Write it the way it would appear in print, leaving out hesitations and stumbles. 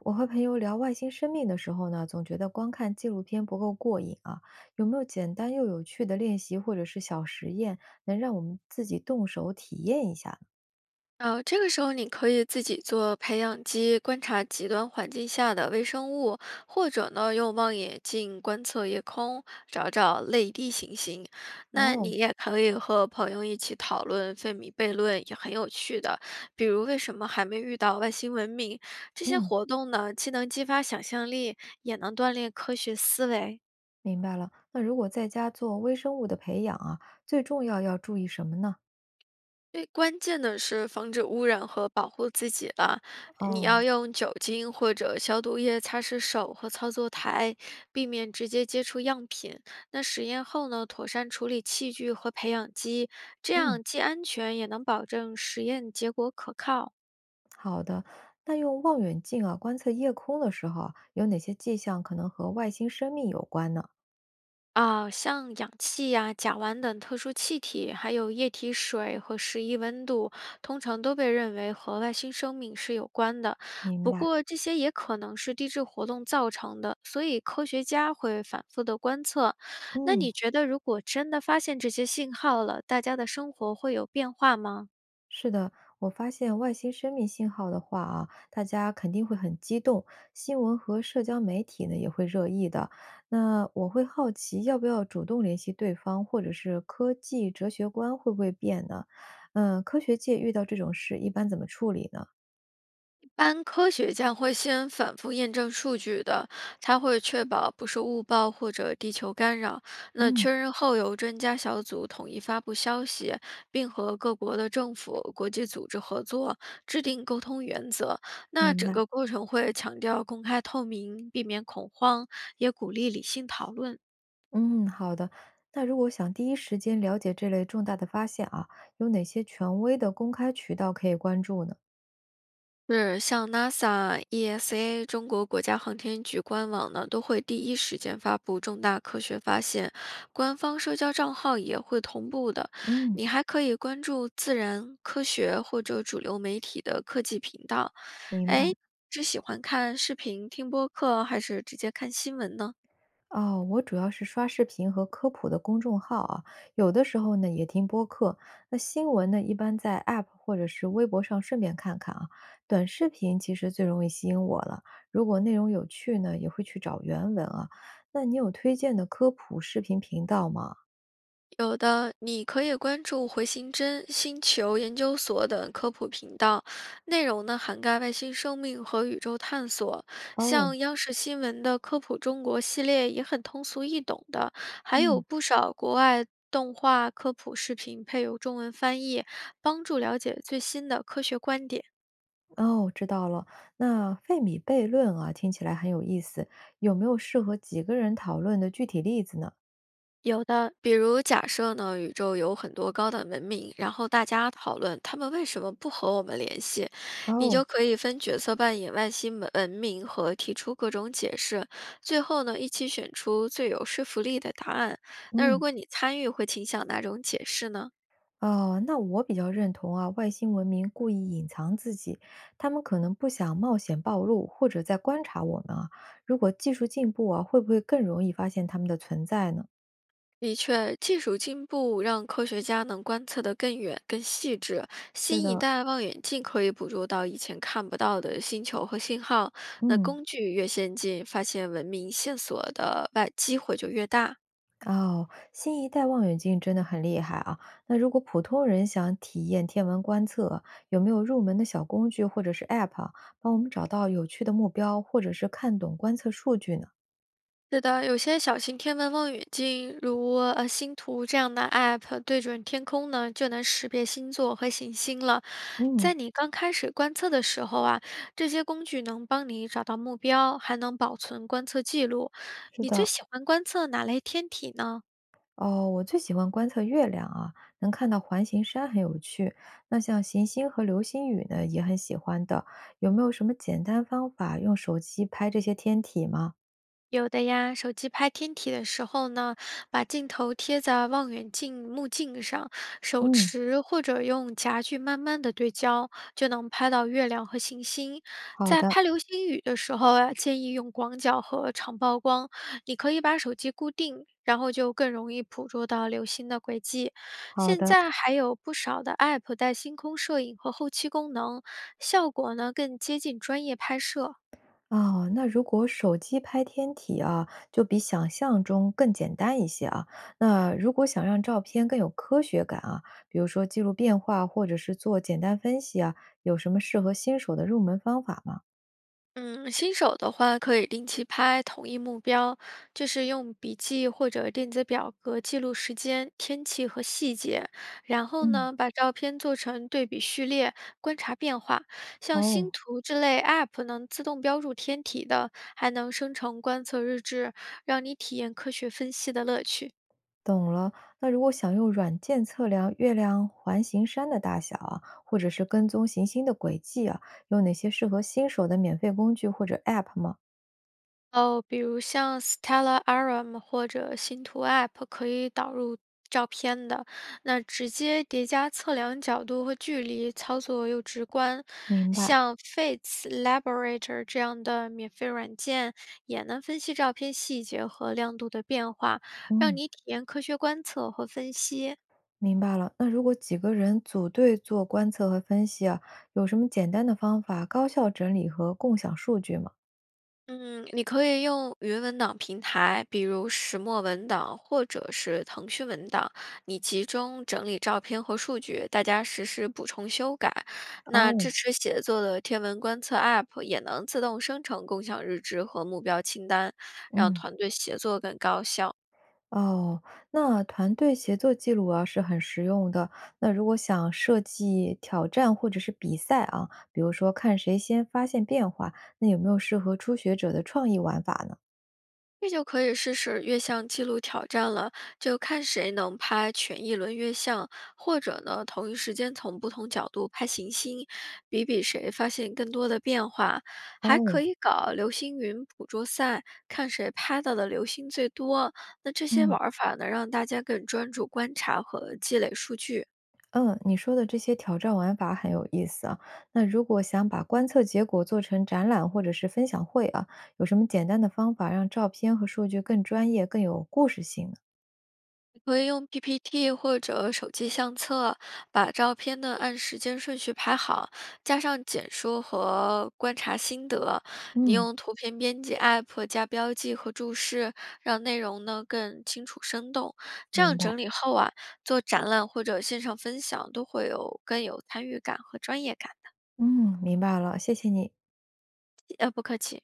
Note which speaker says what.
Speaker 1: 我和朋友聊外星生命的时候呢，总觉得光看纪录片不够过瘾啊。有没有简单又有趣的练习或者是小实验，能让我们自己动手体验一下呢？
Speaker 2: 这个时候你可以自己做培养基，观察极端环境下的微生物，或者呢用望远镜观测夜空，找找类地行星。那你
Speaker 1: 哦。
Speaker 2: 也可以和朋友一起讨论费米悖论，也很有趣的。比如为什么还没遇到外星文明？这些
Speaker 1: 嗯，
Speaker 2: 活动呢，既能激发想象力，也能锻炼科学思维。
Speaker 1: 明白了。那如果在家做微生物的培养啊，最重要要注意什么呢？
Speaker 2: 最关键的是防止污染和保护自己了。你要
Speaker 1: 哦。
Speaker 2: 用酒精或者消毒液擦拭手和操作台，避免直接接触样品。那实验后呢，妥善处理器具和培养基，这
Speaker 1: 嗯，
Speaker 2: 样既安全也能保证实验结果可靠。
Speaker 1: 好的。那用望远镜啊观测夜空的时候啊有哪些迹象可能和外星生命有关呢？
Speaker 2: 啊，像氧气呀、甲烷等特殊气体，还有液体水和适宜温度，通常都被认为和外星生命是有关的。
Speaker 1: 明
Speaker 2: 不
Speaker 1: 白。
Speaker 2: 过，这些也可能是地质活动造成的，所以科学家会反复的观测。那
Speaker 1: 嗯，
Speaker 2: 你觉得，如果真的发现这些信号了，大家的生活会有变化吗？
Speaker 1: 是的，我发现外星生命信号的话啊，大家肯定会很激动，新闻和社交媒体呢也会热议的。那我会好奇，要不要主动联系对方，或者是科技哲学观会不会变呢？嗯，科学界遇到这种事一般怎么处理呢？
Speaker 2: 一般科学家会先反复验证数据的，他会确保不是误报或者地球干扰。那
Speaker 1: 嗯。
Speaker 2: 确认后，由专家小组统一发布消息，并和各国的政府、国际组织合作，制定沟通原则。那
Speaker 1: 明
Speaker 2: 整
Speaker 1: 白。
Speaker 2: 个过程会强调公开透明，避免恐慌，也鼓励理性讨论。
Speaker 1: 嗯，好的。那如果想第一时间了解这类重大的发现啊，有哪些权威的公开渠道可以关注呢？
Speaker 2: 是，像 NASA、ESA、中国国家航天局官网呢，都会第一时间发布重大科学发现，官方社交账号也会同步的。
Speaker 1: 嗯。
Speaker 2: 你还可以关注自然科学或者主流媒体的科技频道。
Speaker 1: 明白。
Speaker 2: 哎，是喜欢看视频、听播客，还是直接看新闻呢？
Speaker 1: 哦，我主要是刷视频和科普的公众号啊，有的时候呢也听播客。那新闻呢，一般在 App 或者是微博上顺便看看啊。短视频其实最容易吸引我了，如果内容有趣呢，也会去找原文啊。那你有推荐的科普视频频道吗？
Speaker 2: 有的，你可以关注回形针、星球研究所等科普频道，内容呢涵盖外星生命和宇宙探索。
Speaker 1: 哦。
Speaker 2: 像央视新闻的《科普中国》系列也很通俗易懂的，还有
Speaker 1: 嗯。
Speaker 2: 不少国外动画科普视频配有中文翻译，帮助了解最新的科学观点。
Speaker 1: 哦，知道了。那费米悖论啊，听起来很有意思，有没有适合几个人讨论的具体例子呢？
Speaker 2: 有的，比如假设呢，宇宙有很多高等文明，然后大家讨论他们为什么不和我们联系，你就
Speaker 1: 哦。
Speaker 2: 可以分角色扮演外星文明和提出各种解释，最后呢，一起选出最有说服力的答案。那如
Speaker 1: 嗯。
Speaker 2: 果你参与，会倾向哪种解释呢？
Speaker 1: 哦，那我比较认同啊，外星文明故意隐藏自己，他们可能不想冒险暴露，或者在观察我们啊。如果技术进步啊，会不会更容易发现他们的存在呢？
Speaker 2: 的确，技术进步让科学家能观测得更远、更细致。
Speaker 1: 是
Speaker 2: 新一
Speaker 1: 的。
Speaker 2: 代望远镜可以捕捉到以前看不到的星球和信号。那
Speaker 1: 嗯。
Speaker 2: 工具越先进，发现文明线索的外机会就越大。
Speaker 1: 哦，新一代望远镜真的很厉害啊。那如果普通人想体验天文观测，有没有入门的小工具或者是 App 啊帮我们找到有趣的目标，或者是看懂观测数据呢？
Speaker 2: 是的，有些小型天文望远镜，如星图这样的 App，对准天空呢，就能识别星座和行星了。在
Speaker 1: 嗯，
Speaker 2: 你刚开始观测的时候啊，这些工具能帮你找到目标，还能保存观测记录。
Speaker 1: 是
Speaker 2: 你最
Speaker 1: 的。
Speaker 2: 喜欢观测哪类天体呢？
Speaker 1: 哦，我最喜欢观测月亮啊，能看到环形山很有趣。那像行星和流星雨呢，也很喜欢的。有没有什么简单方法用手机拍这些天体吗？
Speaker 2: 有的呀，手机拍天体的时候呢，把镜头贴在望远镜目镜上，手
Speaker 1: 嗯。
Speaker 2: 持或者用夹具慢慢的对焦，就能拍到月亮和行星。
Speaker 1: 好
Speaker 2: 在
Speaker 1: 的，
Speaker 2: 拍流星雨的时候呀，建议用广角和长曝光，你可以把手机固定，然后就更容易捕捉到流星的轨迹。
Speaker 1: 好
Speaker 2: 现
Speaker 1: 的。
Speaker 2: 在还有不少的 App 带星空摄影和后期功能，效果呢更接近专业拍摄。
Speaker 1: 哦，那如果手机拍天体啊，就比想象中更简单一些啊。那如果想让照片更有科学感啊，比如说记录变化或者是做简单分析啊，有什么适合新手的入门方法吗？
Speaker 2: 嗯，新手的话可以定期拍同一目标，就是用笔记或者电子表格记录时间、天气和细节，然后
Speaker 1: 嗯。
Speaker 2: 呢，把照片做成对比序列，观察变化。像星
Speaker 1: 哦。
Speaker 2: 图之类 App 能自动标注天体的，还能生成观测日志，让你体验科学分析的乐趣。
Speaker 1: 懂了。那如果想用软件测量月亮环形山的大小啊，或者是跟踪行星的轨迹啊，有哪些适合新手的免费工具或者 App 吗？
Speaker 2: 哦，比如像 Stella Arm 或者星图 App 可以导入照片的，那直接叠加测量角度和距离，操作又直观。
Speaker 1: 明白。
Speaker 2: 像 Fates Laborator 这样的免费软件也能分析照片细节和亮度的变化，让
Speaker 1: 嗯，
Speaker 2: 你体验科学观测和分析。
Speaker 1: 明白了。那如果几个人组队做观测和分析啊，有什么简单的方法高效整理和共享数据吗？
Speaker 2: 嗯，你可以用云文档平台，比如石墨文档或者是腾讯文档，你集中整理照片和数据，大家实时补充修改。那
Speaker 1: 哦。
Speaker 2: 支持写作的天文观测 App 也能自动生成共享日志和目标清单，让
Speaker 1: 嗯。
Speaker 2: 团队协作更高效。
Speaker 1: 哦，那团队协作记录啊是很实用的。那如果想设计挑战或者是比赛啊，比如说看谁先发现变化，那有没有适合初学者的创意玩法呢？
Speaker 2: 这就可以试试月相记录挑战了，就看谁能拍全一轮月相，或者呢，同一时间从不同角度拍行星，比比谁发现更多的变化。还可
Speaker 1: 哦。
Speaker 2: 以搞流星云捕捉赛，看谁拍到的流星最多。那这些
Speaker 1: 嗯。
Speaker 2: 玩儿法呢，让大家更专注观察和积累数据。
Speaker 1: 嗯，你说的这些挑战玩法很有意思啊。那如果想把观测结果做成展览或者是分享会啊，有什么简单的方法让照片和数据更专业、更有故事性呢？
Speaker 2: 可以用 PPT 或者手机相册，把照片呢按时间顺序排好，加上简说和观察心得。你
Speaker 1: 嗯
Speaker 2: 用图片编辑 App 加标记和注释，让内容呢更清楚生动。这
Speaker 1: 明
Speaker 2: 样
Speaker 1: 白，
Speaker 2: 整理后啊，做展览或者线上分享都会有更有参与感和专业感。
Speaker 1: 嗯，明白了，谢谢你。
Speaker 2: 不客气。